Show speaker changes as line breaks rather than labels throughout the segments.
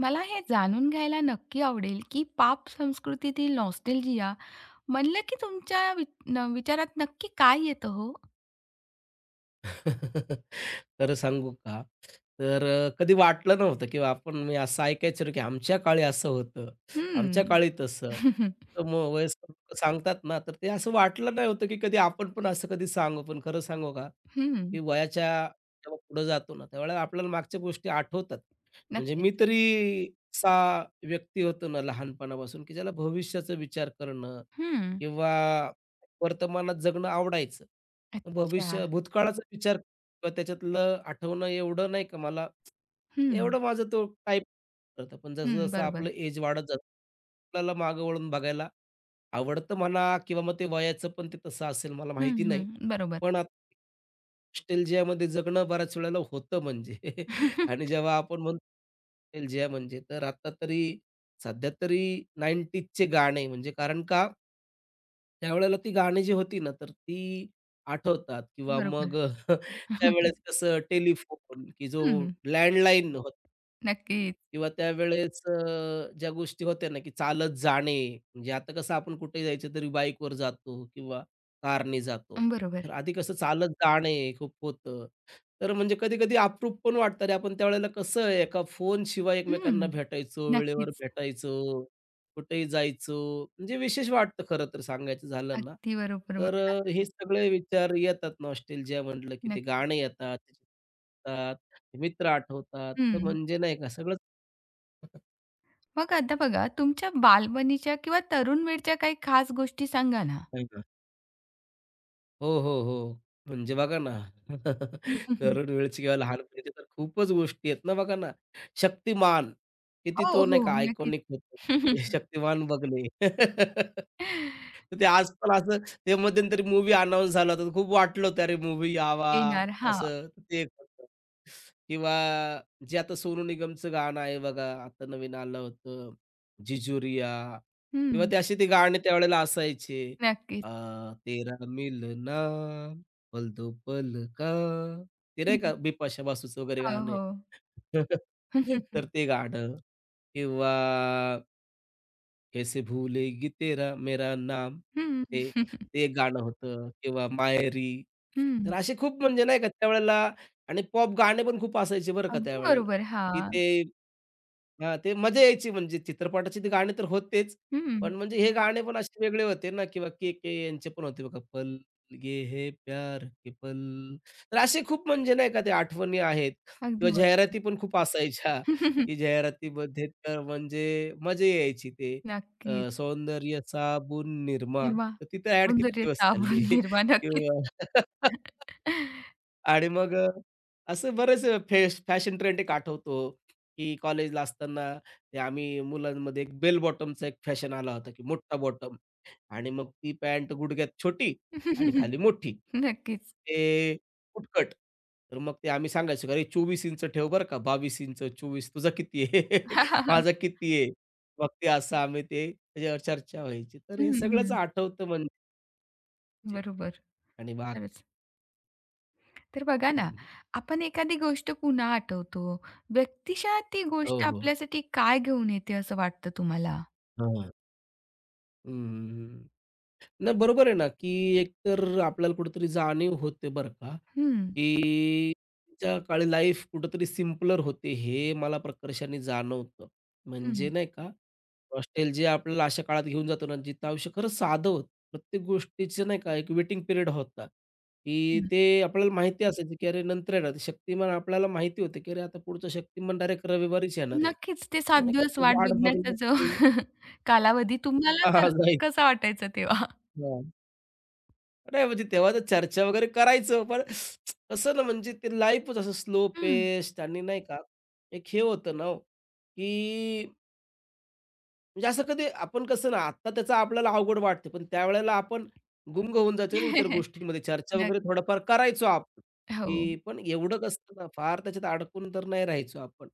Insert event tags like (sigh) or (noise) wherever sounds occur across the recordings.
मला हे जाणून घ्यायला नक्की आवडेल, की पाप संस्कृतीतील नॉस्टॅल्जिया म्हणलं की तुमच्या न विचारात नक्की काय येतं हो?
(laughs) खरं सांगू का? तर कधी वाटलं नव्हतं किंवा आपण मी असं ऐकायचो की आमच्या काळी असं होतं, आमच्या
हं.
काळी तसं. तर मग वयस्कर लोकं सांगतात ना, तर ते असं वाटलं नाही होतं की कधी आपण पण असं कधी सांगू. पण खरं सांगू का,
हं.
की
(laughs)
वयाच्या जेव्हा पुढे जातो ना, त्यावेळेला आपल्याला मागच्या गोष्टी आठवतात. म्हणजे
नक्कीच.
मी तरी असा व्यक्ती होतो ना लहानपणापासून, की ज्याला भविष्याचा विचार करणं
हं.
किंवा वर्तमानात जगणं आवडायचं.
अच्छा.
भविष्य भूतकाळाचा विचार किंवा त्याच्यातलं आठवणं एवढं नाही का मला
हं.
एवढं माझं तो टाईप होतं. पण
हं.
जसं-जसं
बरोबर.
आपलं एज वाढत जातं, आपल्याला मागं वळून बघायला आवडतं म्हणा किंवा मग ते वयाचं पण ते तसं असेल मला
हं,
माहिती नाही.
हं. बरोबर.
पण आता नॉस्टॅल्जियामध्ये जगणं बऱ्याच वेळेला होतं म्हणजे (laughs) आणि
(laughs)
जेव्हा आपण म्हणतो नॉस्टॅल्जिया म्हणजे तर आता तरी सध्या तरी 90ज गाणे म्हणजे कारण का त्यावेळेला ती गाणी जी होती ना, तर ती आठवतात किंवा
बरोबर.
मग (laughs)
(laughs)
त्यावेळेस कसं टेलिफोन की जो
हं.
लँडलाईन होता
नक्कीच.
किंवा त्यावेळेस ज्या गोष्टी होत्या ना, की चालत जाणे, म्हणजे आता कसं आपण कुठे जायचं तरी बाईकवर जातो किंवा कारने जातो.
बरोबर.
तर आधी कसं चालत जाणे खूप होतं. तर म्हणजे कधी-कधी अप्रूप पण वाटतं. अरे, आपण त्यावेळेला कसं एका फोनशिवाय एकमेकांना
हं.
भेटायचो, वेळेवर
नक्कीच.
भेटायचो, कुठेही जायचो. म्हणजे विशेष वाटतं खरं तर सांगायचं झालं ना.
अगदी बरोबर
तर
बोललात.
हे सगळे विचार येतात नॉस्टेल्जिया म्हटलं की ते
नक्की.
गाणे येतात, त्याचे येतात, ते मित्र आठवतात. तर
हं.
म्हणजे नाही का सगळंच
मग आता बघा तुमच्या बालपणीच्या किंवा तरुण वेळच्या काही खास गोष्टी सांगा ना?
नाही का? हो, हो, हो. म्हणजे बघा ना, (laughs) तरुण
(laughs)
वेळची किंवा लहानपणीची तर खूपच गोष्टी आहेत ना, बघा ना. शक्तिमान, किती
हो,
तो नाही का
हो. नक्कीच.
आयकॉनिक होतं. (laughs)
(laughs)
शक्तिमान बघणे. (laughs) तर ते आज पण असं ते मध्यंतरी मूव्ही अनाउन्स झाला होता, तर खूप वाटलं होतं, "अरे मूव्ही यावा,"
येणार. हां.
असं तर ते एक होतं. किंवा जे आता सोनू निगमचं गाणं आहे बघा, आता नवीन आलं होतं, "जिजुरिया" किंवा
हं.
ते असे ते गाणे त्यावेळेला असायचे.
नक्कीच.
आ तेरा मिलना पल दो पल का, ते नाही का बिपाशा बासूचं वगैरे
हो,
गाणं आहे.
हो.
(laughs)
(laughs)
तर ते गाणं किंवा कैसे भूलेगी तेरा मेरा नाम.
हं,
ते ते गाणं होतं किंवा माहेरी.
हं.
तर असे खूप म्हणजे नाही का त्यावेळेला आणि पॉप गाणे पण खूप असायचे बरं का
अगदी
त्यावेळेला,
बरोबर.
की ते
हां.
हां, ते मजा यायची म्हणजे चित्रपटाची ते गाणे तर होतेच. पण
हं.
म्हणजे हे गाणे पण असे वेगळे होते ना किंवा के-के यांचे पण होते बघा, पल ये है प्यार के पल. तर असे खूप म्हणजे नाही का ते आठवणी आहेत किंवा
अगदी बरोबर.
जाहिराती पण खूप असायच्या, की
(laughs)
जाहिरातीमध्ये तर म्हणजे मजा यायची ते.
नक्कीच.
सौंदर्य साबून निरमा.
निर्वा
तर तिथं ॲड किती
सौंदर्य
दिवस
साबण
चालली
(laughs)
(laughs)
निर्वा. नक्कीच.
किंवा (laughs) आणि मग असं बरेच फॅशन ट्रेंड एक आठवतो, की कॉलेजला असताना ते आम्ही मुलांमध्ये एक बेल बॉटमचा एक फॅशन आला होता, की मोठा बॉटम आणि मग ती पॅन्ट गुडघ्यात छोटी आणि खाली मोठी.
नक्कीच.
ते कुटकट. तर मग ते आम्ही सांगायचो, का, "अरे 24 इंच ठेव बरं का, 22 इंच, 24 तुझा किती आहे? (laughs)
(laughs)
माझा किती आहे?" मग ते असं आम्ही ते त्याच्यावर चर्चा व्हायची. तर हे
हं,
सगळंच
हं.
आठवतं म्हणजे
बरोबर.
आणि वाह!
खरंच. तर बघा ना,
हं,
आपण एखादी गोष्ट पुन्हा आठवतो. व्यक्तिशः ती
हो,
गोष्ट
हो.
आपल्यासाठी काय घेऊन येते असं वाटतं तुम्हाला?
हां. हं, नाही बरोबर आहे ना, की एकतर आपल्याला कुठेतरी जाणीव होते बरं का,
हं.
की त्या काळी लाईफ कुठेतरी सिम्पलर होते हे मला प्रकर्षाने जाणवतं. म्हणजे
हं,
नाही का, हॉस्टेल जे आपल्याला अशा काळात घेऊन जातो ना, जिथं आयुष्य खरंच साधं होतं. प्रत्येक गोष्टीचं नाही का एक वेटिंग पिरियड होता, की
हं.
ते आपल्याला माहिती असायचं, की अरे नंतर येणार ते शक्तिमान आपल्याला माहिती होतं, की अरे आता पुढचं शक्तिमान डायरेक्ट रविवारीच येणार आहे.
नक्कीच ते 7
नाही का,
दिवस
ते
वाट
वाट
बघण्याचा
बघण्यात
जो
ते
(laughs) कालावधी तुम्हाला
(laughs) हां,
क
हां,
कसा वाटायचा तेव्हा?
जायचं. नाही म्हणजे तेव्हा तर चर्चा वगैरे करायचं, पण कसं ना म्हणजे ते लाईफच असं स्लो
हं.
पेस्ट आणि नाही का, एक हे होतं ना हो, की म्हणजे असं कधी आपण कसं ना आत्ता त्याचा आपल्याला अवघड वाटते, पण त्यावेळेला आपण गुंग होऊन जायचो ना इतर
(laughs)
गोष्टींमध्ये. चर्चा वगैरे थोडंफार
नक्कीच.
करायचो आपण,
हो.
की पण एवढं कसं ना फार त्याच्यात अडकून तर नाही राहायचो आपण.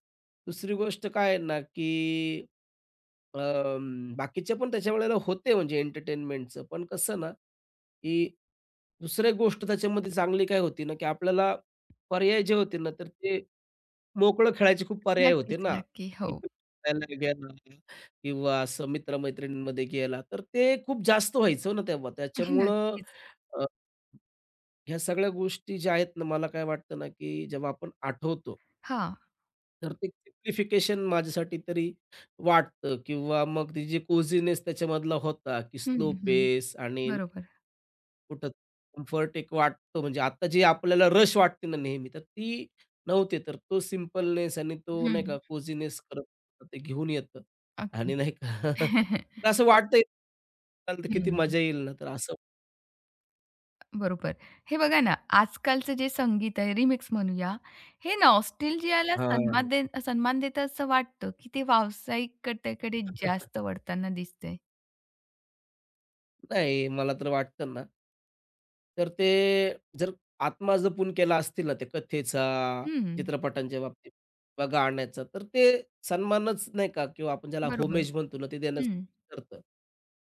दुसरी गोष्ट काय आहे ना, की बाकीचे पण त्याच्या वेळेला होते म्हणजे एंटरटेनमेंटचं. पण कसं ना, की दुसरी गोष्ट त्याच्यामध्ये चांगली काय होती ना, की आपल्याला पर्याय जे होते ना, तर ते मोकळं खेळायचे खूप पर्याय होते
नक्कीच,
ना.
नक्की. हो.
इकडे फिरायला गेला किंवा असं मित्र गेला, तर ते खूप जास्त व्हायचं हो ना तेव्हा.
(laughs)
त्याच्यामुळं
नक्कीच.
अ, ह्या सगळ्या गोष्टी ज्या आहेत ना, मला काय वाटतं ना, की जेव्हा आपण आठवतो
हां.
तर ते सिम्प्लिफिकेशन माझ्यासाठी तरी वाटतं किंवा मग ती जी कोझीनेस त्याच्यामधला होता, की
हं,
स्लो
हं.
पेस आणि
बरोबर.
कुठं कम्फर्ट एक वाटतो म्हणजे आता जी आपल्याला रश वाटते ना नेहमी, तर ती नव्हते. तर तो सिम्पलनेस आणि तो
हं.
नाही का कोझीनेस करत ते घेऊन येतं आणि
अगदी.
नाही का (laughs)
(laughs)
तर असं वाटतंय, तर किती
हं.
मजा येईल ना, तर असं
बरोबर. हे बघा ना, आजकालचं जे संगीत आहे, रिमिक्स म्हणूया, हे नॉस्टॅल्जियाला
हां.
सन्मान देतं असं वाटतं, की ते व्यावसायिकतेकडे जास्त वळताना दिसतंय.
नाही, मला तर वाटतं ना, तर ते जर आत्मा जपून केला असतील ना, ते कथेचा,
हं.
चित्रपटांच्या बाबतीत किंवा गाण्याचा, तर ते सन्मानच नाही का किंवा आपण ज्याला
बरोबर.
होमेज म्हणतो ना, ते
हं.
देण्यासाठी करतं.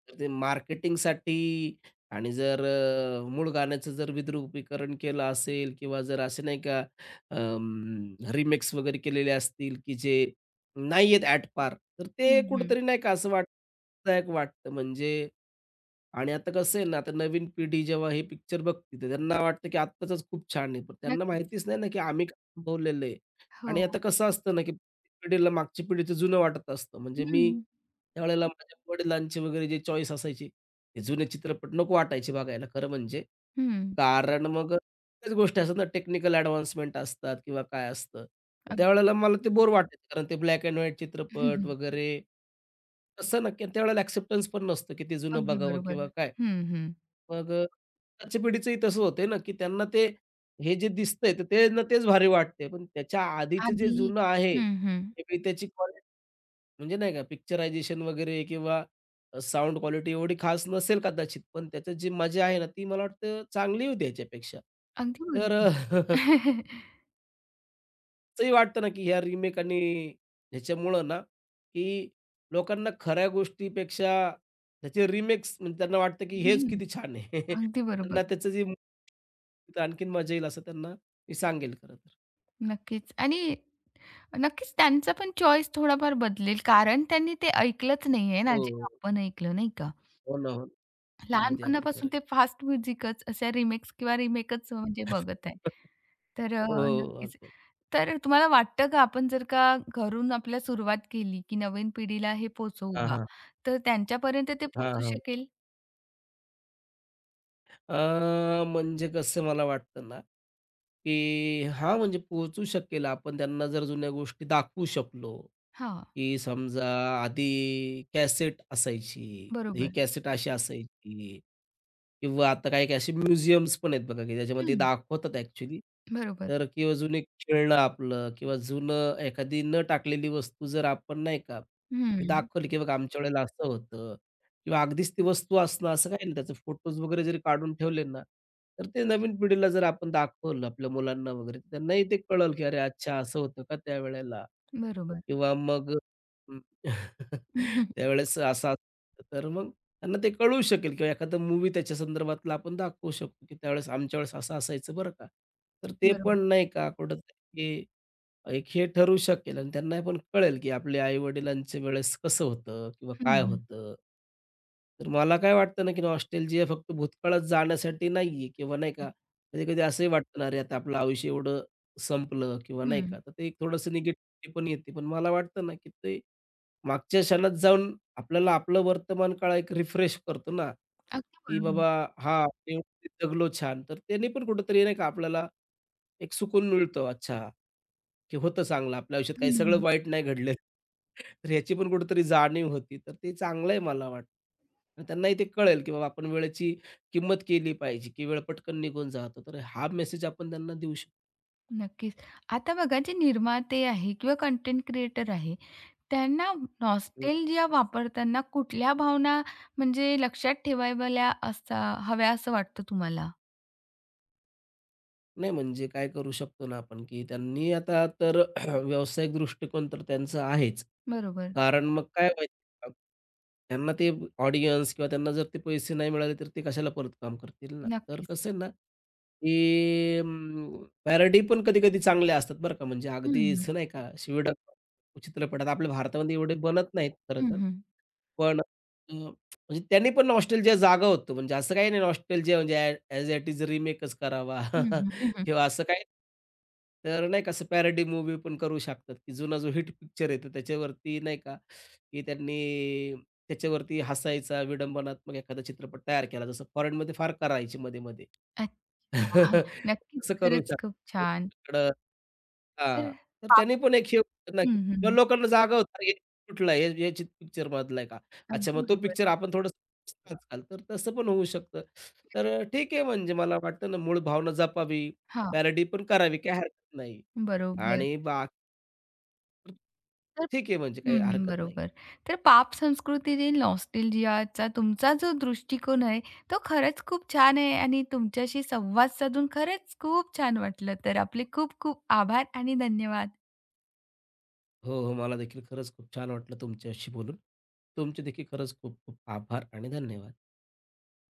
तर ते मार्केटिंगसाठी आणि जर मूळ गाण्याचं जर विद्रुपीकरण केलं असेल किंवा जर असे नाही का रिमेक्स वगैरे केलेले असतील, की जे नाही आहेत ॲट पार, तर ते
हं, हं.
कुठेतरी नाही का असं वाटतं वाटतं म्हणजे आणि आता कसं आहे ना, आता नवीन पिढी जेव्हा हे पिक्चर बघते, तर त्यांना वाटतं की आत्ताचंच खूप छान आहे. पण त्यांना
नक्कीच.
माहितीच नाही ना, की आम्ही काय अनुभवलेलं आहे. आणि
हो.
आता कसं असतं ना, की प्रत्येक पिढीला मागच्या पिढीचं जुनं वाटत असतं. म्हणजे
हं,
मी त्यावेळेला माझ्या वडिलांचे वगैरे जे चॉईस असायची, ते जुने चित्रपट नको वाटायचे बघायला खरं म्हणजे.
हं.
कारण मग त्याच गोष्टी असतात ना, टेक्निकल ॲडव्हान्समेंट असतात किंवा काय असतं. तर
अग
त्यावेळेला मला ते बोर वाटायचं कारण ते ब्लॅक एंड व्हाईट चित्रपट
(laughs)
वगैरे तसं नक्की त्यावेळेला ॲक्सेप्टन्स पण नसतं, की ते जुनं
अगदी
बघावं
बरोबर.
किंवा काय.
हं, हं.
मग आजच्या पिढीचंही तसं होतंय ना, की त्यांना ते हे जे दिसतंय, तर त्यांना तेच भारी वाटतंय. पण त्याच्या आधीचं जे
आधी
जुनं आहे,
हं, हं.
ते बी त्याची क्वालिटी म्हणजे नाही का पिक्चरायझेशन वगैरे किंवा साउंड क्वालिटी एवढी खास नसेल कदाचित, पण त्याच्यात जी मजा आहे ना, ती मला वाटतं चांगली होती याच्यापेक्षा.
अगदी
तर
बरोबर.
(laughs)
(laughs)
असंही वाटतं ना, की ह्या रिमेक आणि ह्याच्यामुळं ना, की लोकांना खऱ्या गोष्टीपेक्षा त्याचे रिमेक्स म्हणजे त्यांना वाटतं, की हेच
हं.
किती छान आहे. (laughs)
अगदी बरोबर.
त्यांना त्याचं जे मूळ आणखीन मजा येईल असं त्यांना मी सांगेल खरं तर.
नक्कीच आणि नक्कीच त्यांचा पण चॉईस थोडाफार बदलेल कारण त्यांनी ते ऐकलंच नाहीये ना, जे
हो,
आपण ऐकलं, नाही का?
हो ना, हो ना. अगदी, अगदी खरं
लहानपणापासून
आहे.
ते फास्ट म्युझिकच अशा रिमिक्स किंवा रिमेकच म्हणजे बघत आहे.
(laughs)
तर अ,
हो,
नक्कीच.
अगदी.
तर तुम्हाला वाटतं का आपण जर का घरून आपल्या सुरुवात केली, की नवीन पिढीला हे पोहोचवू
हां,
बा,
हां.
तर त्यांच्यापर्यंत ते
हां,
पोहोचू
हां.
शकेल?
अ, म्हणजे कसं मला वाटतं ना, की हां, म्हणजे पोहोचू शकेल आपण त्यांना जर जुन्या गोष्टी दाखवू शकलो.
हां,
की समजा आधी कॅसेट असायची. ही
बरोबर.
कॅसेट अशी असायची किंवा आता काही काही असे म्युझियम्स पण आहेत बघा, की ज्याच्यामध्ये
हं,
दाखवतात ॲक्चुअली.
बरोबर.
तर किंवा जुने खेळणं आपलं किंवा जुनं एखादी न टाकलेली वस्तू जर आपण नाही का, ती
हं,
दाखवली की बघा आमच्या वेळेला असं होतं किंवा अगदीच ती वस्तू असणं असं काही नाही. त्याचे फोटोज वगैरे जरी काढून ठेवले ना, तर ते नवीन पिढीला जर आपण दाखवलं आपल्या मुलांना वगैरे, तर त्यांनाही ते कळेल की "अरे अच्छा! असं होतं का त्यावेळेला?"
बरोबर.
किंवा मग हं,
(laughs)
(laughs)
हं,
त्यावेळेस असा तर मग त्यांना ते कळू शकेल किंवा एखादा मूव्ही त्याच्या संदर्भातला आपण दाखवू शकतो, की त्यावेळेस आमच्या वेळेस असं असायचं बरं का. तर ते
बरोबर.
पण नाही का कुठेतरी एक हे ठरवू शकेल आणि त्यांना पण कळेल, की आपल्या आई-वडिलांच्या वेळेस कसं होतं किंवा
हं,
काय
हं,
होतं. तर मला काय वाटतं ना, की नॉस्टॅल्जिया फक्त भूतकाळात जाण्यासाठी नाहीये किंवा नाही का, कधी-कधी असंही वाटतं ना, अरे आता आपलं आयुष्य एवढं संपलं किंवा नाही
हं.
का, तर ते एक थोडंसं निगेटिव्हिटी पण येते. पण मला वाटतं ना, की ते मागच्या क्षणात जाऊन आपल्याला आपलं वर्तमान काळ एक रिफ्रेश करतो ना,
अगदी
की
बरोबर.
बाबा हां, जगलो छान. तर त्याने पण कुठेतरी नाही का आपल्याला एक सुकून मिळतो. अच्छा. की होतं चांगलं आपल्या आयुष्यात
हं,
काही सगळं
हं.
वाईट नाही घडलेलं. तर ह्याची पण कुठेतरी जाणीव होती. तर ते चांगलं आहे मला वाटतं. आणि त्यांनाही ते कळेल की बाबा आपण वेळेची किंमत केली पाहिजे, की वेळ पटकन निघून जातो. तर हा मेसेज आपण त्यांना देऊ शकतो.
नक्कीच. आता बघा जे निर्माते आहे किंवा कंटेंट क्रिएटर आहे त्यांना नॉस्टेल्जिया वापरताना कुठल्या भावना म्हणजे लक्षात ठेवाव्या असा हव्या असं वाटतं तुम्हाला?
नाही, म्हणजे काय करू शकतो ना आपण, की त्यांनी आता तर (clears throat) व्यावसायिक दृष्टिकोन तर त्यांचा आहेच.
बरोबर.
कारण मग काय व्हायचं त्यांना ते ऑडियन्स किंवा त्यांना जर ते पैसे नाही मिळाले, तर ते कशाला परत काम करतील ना. तर
नक्कीच.
कसं आहे ना, की पॅरडी पण कधी-कधी चांगल्या असतात बरं का. म्हणजे
हं, हं.
अगदीच नाही का शिवीडक चित्रपटात आपल्या भारतामध्ये एवढे बनत नाहीत खरं
हं,
तर.
हं.
पण म्हणजे त्यांनी पण नॉस्टॅल्जिया जागा होतो. म्हणजे असं काही नाही नॉस्टॅल्जिया म्हणजे ॲज इट इज रिमेकच करावा.
हं, हं.
(laughs)
हं.
किंवा असं काही तर नाही का असं पॅरडी मूव्ही पण करू शकतात, की जुना जो हिट पिक्चर आहे, तर त्याच्यावरती नाही का, की त्यांनी त्याच्यावरती हसायचा विडंबनात्मक एखादा चित्रपट तयार केला. जसं फॉरेनमध्ये फार करायचे मध्ये-मध्ये.
अच्छा.
(laughs)
नक्कीच.
तसं करू
खरंच खूप
शकतो.
छान.
तिकडं हां.
तर
तर
पाप
त्याने पण एक हे होतं ना, की
हं,
किंवा
हं.
लोकांना जागा होतं हे कुठला आहे? हे पिक्चर मधला आहे का? अच्छा
अगदी
मग तो
बरोबर.
पिक्चर आपण थोडंसं आजकाल तर तसं पण होऊ शकतं. तर ठीक आहे म्हणजे मला वाटतं ना मूळ भावना जपावी,
हां,
पॅरडी पण करावी काही हरकत नाही.
बरोबर.
आणि बाकी ठीक आहे म्हणजे काही
हं, हं.
हरकत नाही.
बरोबर. तर पाप संस्कृती जी नॉस्टॅल्जियाचा तुमचा जो दृष्टिकोन आहे, तो खरंच खूप छान आहे आणि तुमच्याशी संवाद साधून खरंच खूप छान वाटलं. तर आपले खूप खूप आभार आणि धन्यवाद.
हो, हो. मला देखील खरंच खूप छान वाटलं तुमच्याशी बोलून. तुमचे देखील खरंच खूप खूप आभार आणि धन्यवाद.